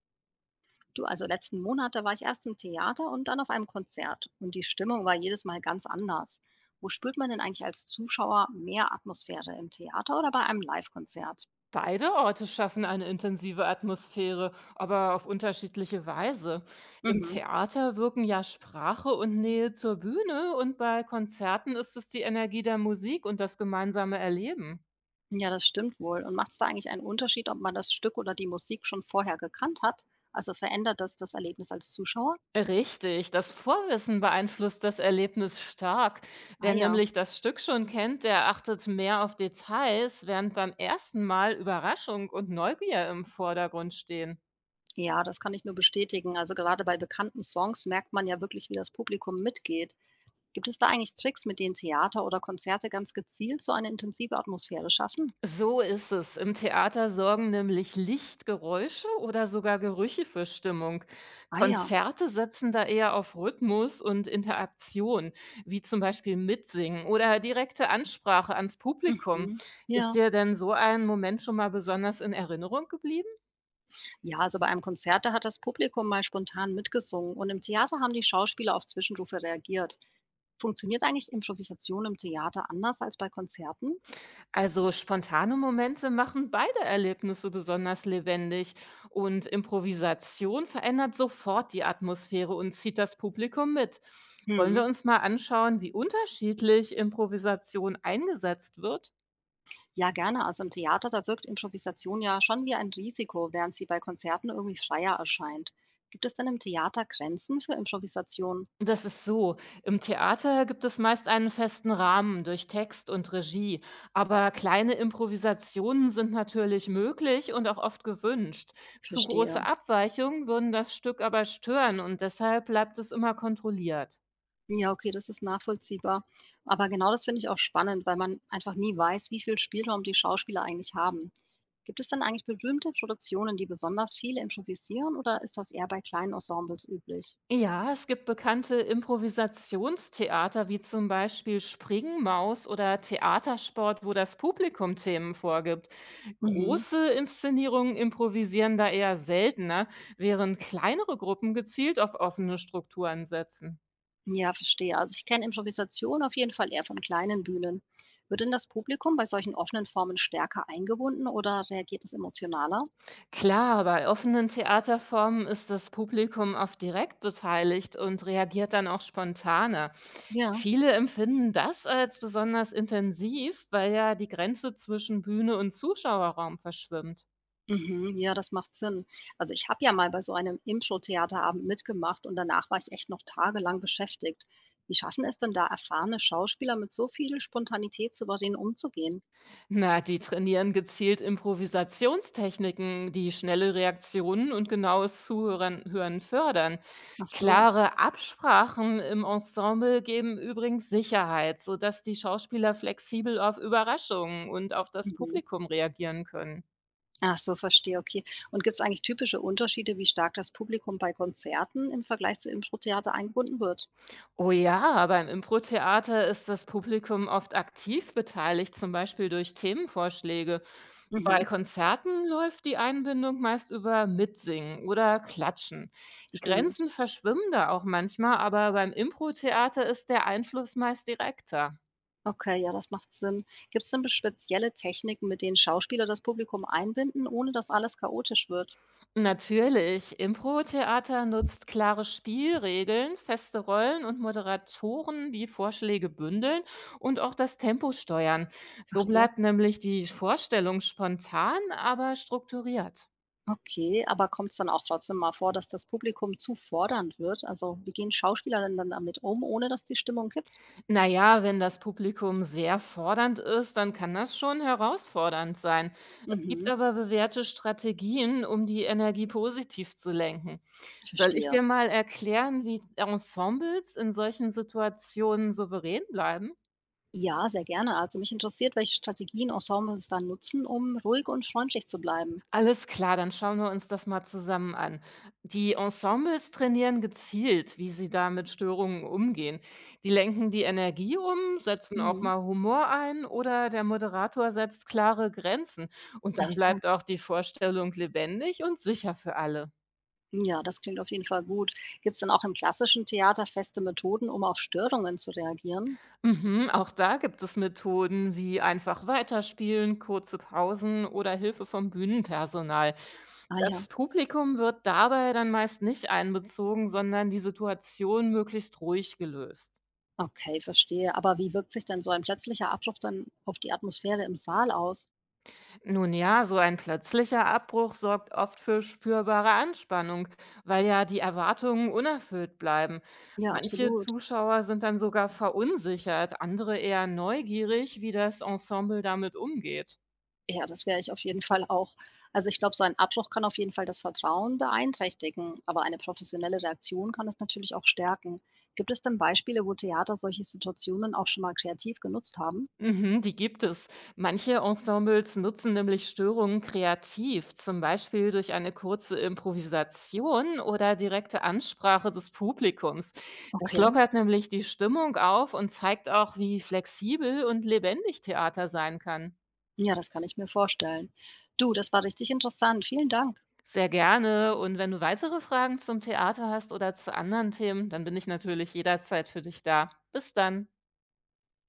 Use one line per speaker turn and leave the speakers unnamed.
Du, also letzten Monat, da war ich erst im Theater und dann auf einem Konzert. Und die Stimmung war jedes Mal ganz anders. Wo spürt man denn eigentlich als Zuschauer mehr Atmosphäre? Im Theater oder bei einem Live-Konzert?
Beide Orte schaffen eine intensive Atmosphäre, aber auf unterschiedliche Weise. Im
Mhm.
Theater wirken ja Sprache und Nähe zur Bühne und bei Konzerten ist es die Energie der Musik und das gemeinsame Erleben.
Ja, das stimmt wohl. Und macht es da eigentlich einen Unterschied, ob man das Stück oder die Musik schon vorher gekannt hat? Also verändert das das Erlebnis als Zuschauer?
Richtig, das Vorwissen beeinflusst das Erlebnis stark.
Ah
Wer
ja.
nämlich das Stück schon kennt, der achtet mehr auf Details, während beim ersten Mal Überraschung und Neugier im Vordergrund stehen.
Ja, das kann ich nur bestätigen. Also gerade bei bekannten Songs merkt man ja wirklich, wie das Publikum mitgeht. Gibt es da eigentlich Tricks, mit denen Theater oder Konzerte ganz gezielt so eine intensive Atmosphäre schaffen?
So ist es. Im Theater sorgen nämlich Lichtgeräusche oder sogar Gerüche für Stimmung.
Ah ja,
Konzerte setzen da eher auf Rhythmus und Interaktion, wie zum Beispiel Mitsingen oder direkte Ansprache ans Publikum.
mhm,
Ist
ja.
dir denn so ein Moment schon mal besonders in Erinnerung geblieben?
Ja, also bei einem Konzert, da hat das Publikum mal spontan mitgesungen und im Theater haben die Schauspieler auf Zwischenrufe reagiert. Funktioniert eigentlich Improvisation im Theater anders als bei Konzerten?
Also spontane Momente machen beide Erlebnisse besonders lebendig und Improvisation verändert sofort die Atmosphäre und zieht das Publikum mit. Wollen wir
Mhm.
uns mal anschauen, wie unterschiedlich Improvisation eingesetzt wird?
Ja, gerne. Also im Theater, da wirkt Improvisation ja schon wie ein Risiko, während sie bei Konzerten irgendwie freier erscheint. Gibt es denn im Theater Grenzen für Improvisation?
Das ist so. Im Theater gibt es meist einen festen Rahmen durch Text und Regie, aber kleine Improvisationen sind natürlich möglich und auch oft gewünscht. Zu
Verstehe.
große Abweichungen würden das Stück aber stören und deshalb bleibt es immer kontrolliert.
Ja, okay, das ist nachvollziehbar. Aber genau das finde ich auch spannend, weil man einfach nie weiß, wie viel Spielraum die Schauspieler eigentlich haben. Gibt es denn eigentlich berühmte Produktionen, die besonders viel improvisieren oder ist das eher bei kleinen Ensembles üblich?
Ja, es gibt bekannte Improvisationstheater wie zum Beispiel Springmaus oder Theatersport, wo das Publikum Themen vorgibt.
Mhm.
Große Inszenierungen improvisieren da eher seltener, während kleinere Gruppen gezielt auf offene Strukturen setzen.
Ja, verstehe. Also ich kenne Improvisation auf jeden Fall eher von kleinen Bühnen. Wird denn das Publikum bei solchen offenen Formen stärker eingebunden oder reagiert es emotionaler?
Klar, bei offenen Theaterformen ist das Publikum oft direkt beteiligt und reagiert dann auch spontaner.
Ja.
Viele empfinden das als besonders intensiv, weil ja die Grenze zwischen Bühne und Zuschauerraum verschwimmt.
Mhm, ja, das macht Sinn. Also ich habe ja mal bei so einem Impro-Theaterabend mitgemacht und danach war ich echt noch tagelang beschäftigt. Wie schaffen es denn da erfahrene Schauspieler mit so viel Spontanität souverän umzugehen?
Na, die trainieren gezielt Improvisationstechniken, die schnelle Reaktionen und genaues Zuhören hören fördern.
Ach so.
Klare Absprachen im Ensemble geben übrigens Sicherheit, sodass die Schauspieler flexibel auf Überraschungen und auf das
Mhm.
Publikum reagieren können.
Ach so, verstehe, okay. Und gibt es eigentlich typische Unterschiede, wie stark das Publikum bei Konzerten im Vergleich zu Impro-Theater eingebunden wird?
Oh ja, beim Impro-Theater ist das Publikum oft aktiv beteiligt, zum Beispiel durch Themenvorschläge. Bei
Mhm,
Konzerten läuft die Einbindung meist über Mitsingen oder Klatschen. Die
stimmt.
Grenzen verschwimmen da auch manchmal, aber beim Impro-Theater ist der Einfluss meist direkter.
Okay, ja, das macht Sinn. Gibt es denn spezielle Techniken, mit denen Schauspieler das Publikum einbinden, ohne dass alles chaotisch wird?
Natürlich. Impro-Theater nutzt klare Spielregeln, feste Rollen und Moderatoren, die Vorschläge bündeln und auch das Tempo steuern.
Ach
So
so.
bleibt nämlich die Vorstellung spontan, aber strukturiert.
Okay, aber kommt es dann auch trotzdem mal vor, dass das Publikum zu fordernd wird? Also, wie gehen Schauspieler denn dann damit um, ohne dass die Stimmung kippt?
Naja, wenn das Publikum sehr fordernd ist, dann kann das schon herausfordernd sein. Es gibt
Mhm,
aber bewährte Strategien, um die Energie positiv zu lenken. Soll ich
verstehe.
dir mal erklären, wie Ensembles in solchen Situationen souverän bleiben?
Ja, sehr gerne. Also mich interessiert, welche Strategien Ensembles dann nutzen, um ruhig und freundlich zu bleiben.
Alles klar, dann schauen wir uns das mal zusammen an. Die Ensembles trainieren gezielt, wie sie da mit Störungen umgehen. Die lenken die Energie um, setzen auch
Mhm.
mal Humor ein oder der Moderator setzt klare Grenzen. Und
Ach
dann
so.
bleibt auch die Vorstellung lebendig und sicher für alle.
Ja, das klingt auf jeden Fall gut. Gibt es denn auch im klassischen Theater feste Methoden, um auf Störungen zu reagieren?
Mhm, auch da gibt es Methoden wie einfach weiterspielen, kurze Pausen oder Hilfe vom Bühnenpersonal.
Ah ja.
Das Publikum wird dabei dann meist nicht einbezogen, sondern die Situation möglichst ruhig gelöst.
Okay, verstehe. Aber wie wirkt sich denn so ein plötzlicher Abbruch dann auf die Atmosphäre im Saal aus?
Nun ja, so ein plötzlicher Abbruch sorgt oft für spürbare Anspannung, weil ja die Erwartungen unerfüllt bleiben.
Ja,
Manche
absolut.
Zuschauer sind dann sogar verunsichert, andere eher neugierig, wie das Ensemble damit umgeht.
Ja, das wäre ich auf jeden Fall auch. Also, ich glaube, so ein Abbruch kann auf jeden Fall das Vertrauen beeinträchtigen, aber eine professionelle Reaktion kann es natürlich auch stärken. Gibt es denn Beispiele, wo Theater solche Situationen auch schon mal kreativ genutzt haben?
Mhm, die gibt es. Manche Ensembles nutzen nämlich Störungen kreativ, zum Beispiel durch eine kurze Improvisation oder direkte Ansprache des Publikums. Das
Okay.
lockert nämlich die Stimmung auf und zeigt auch, wie flexibel und lebendig Theater sein kann.
Ja, das kann ich mir vorstellen. Du, das war richtig interessant. Vielen Dank.
Sehr gerne. Und wenn du weitere Fragen zum Theater hast oder zu anderen Themen, dann bin ich natürlich jederzeit für dich da. Bis dann.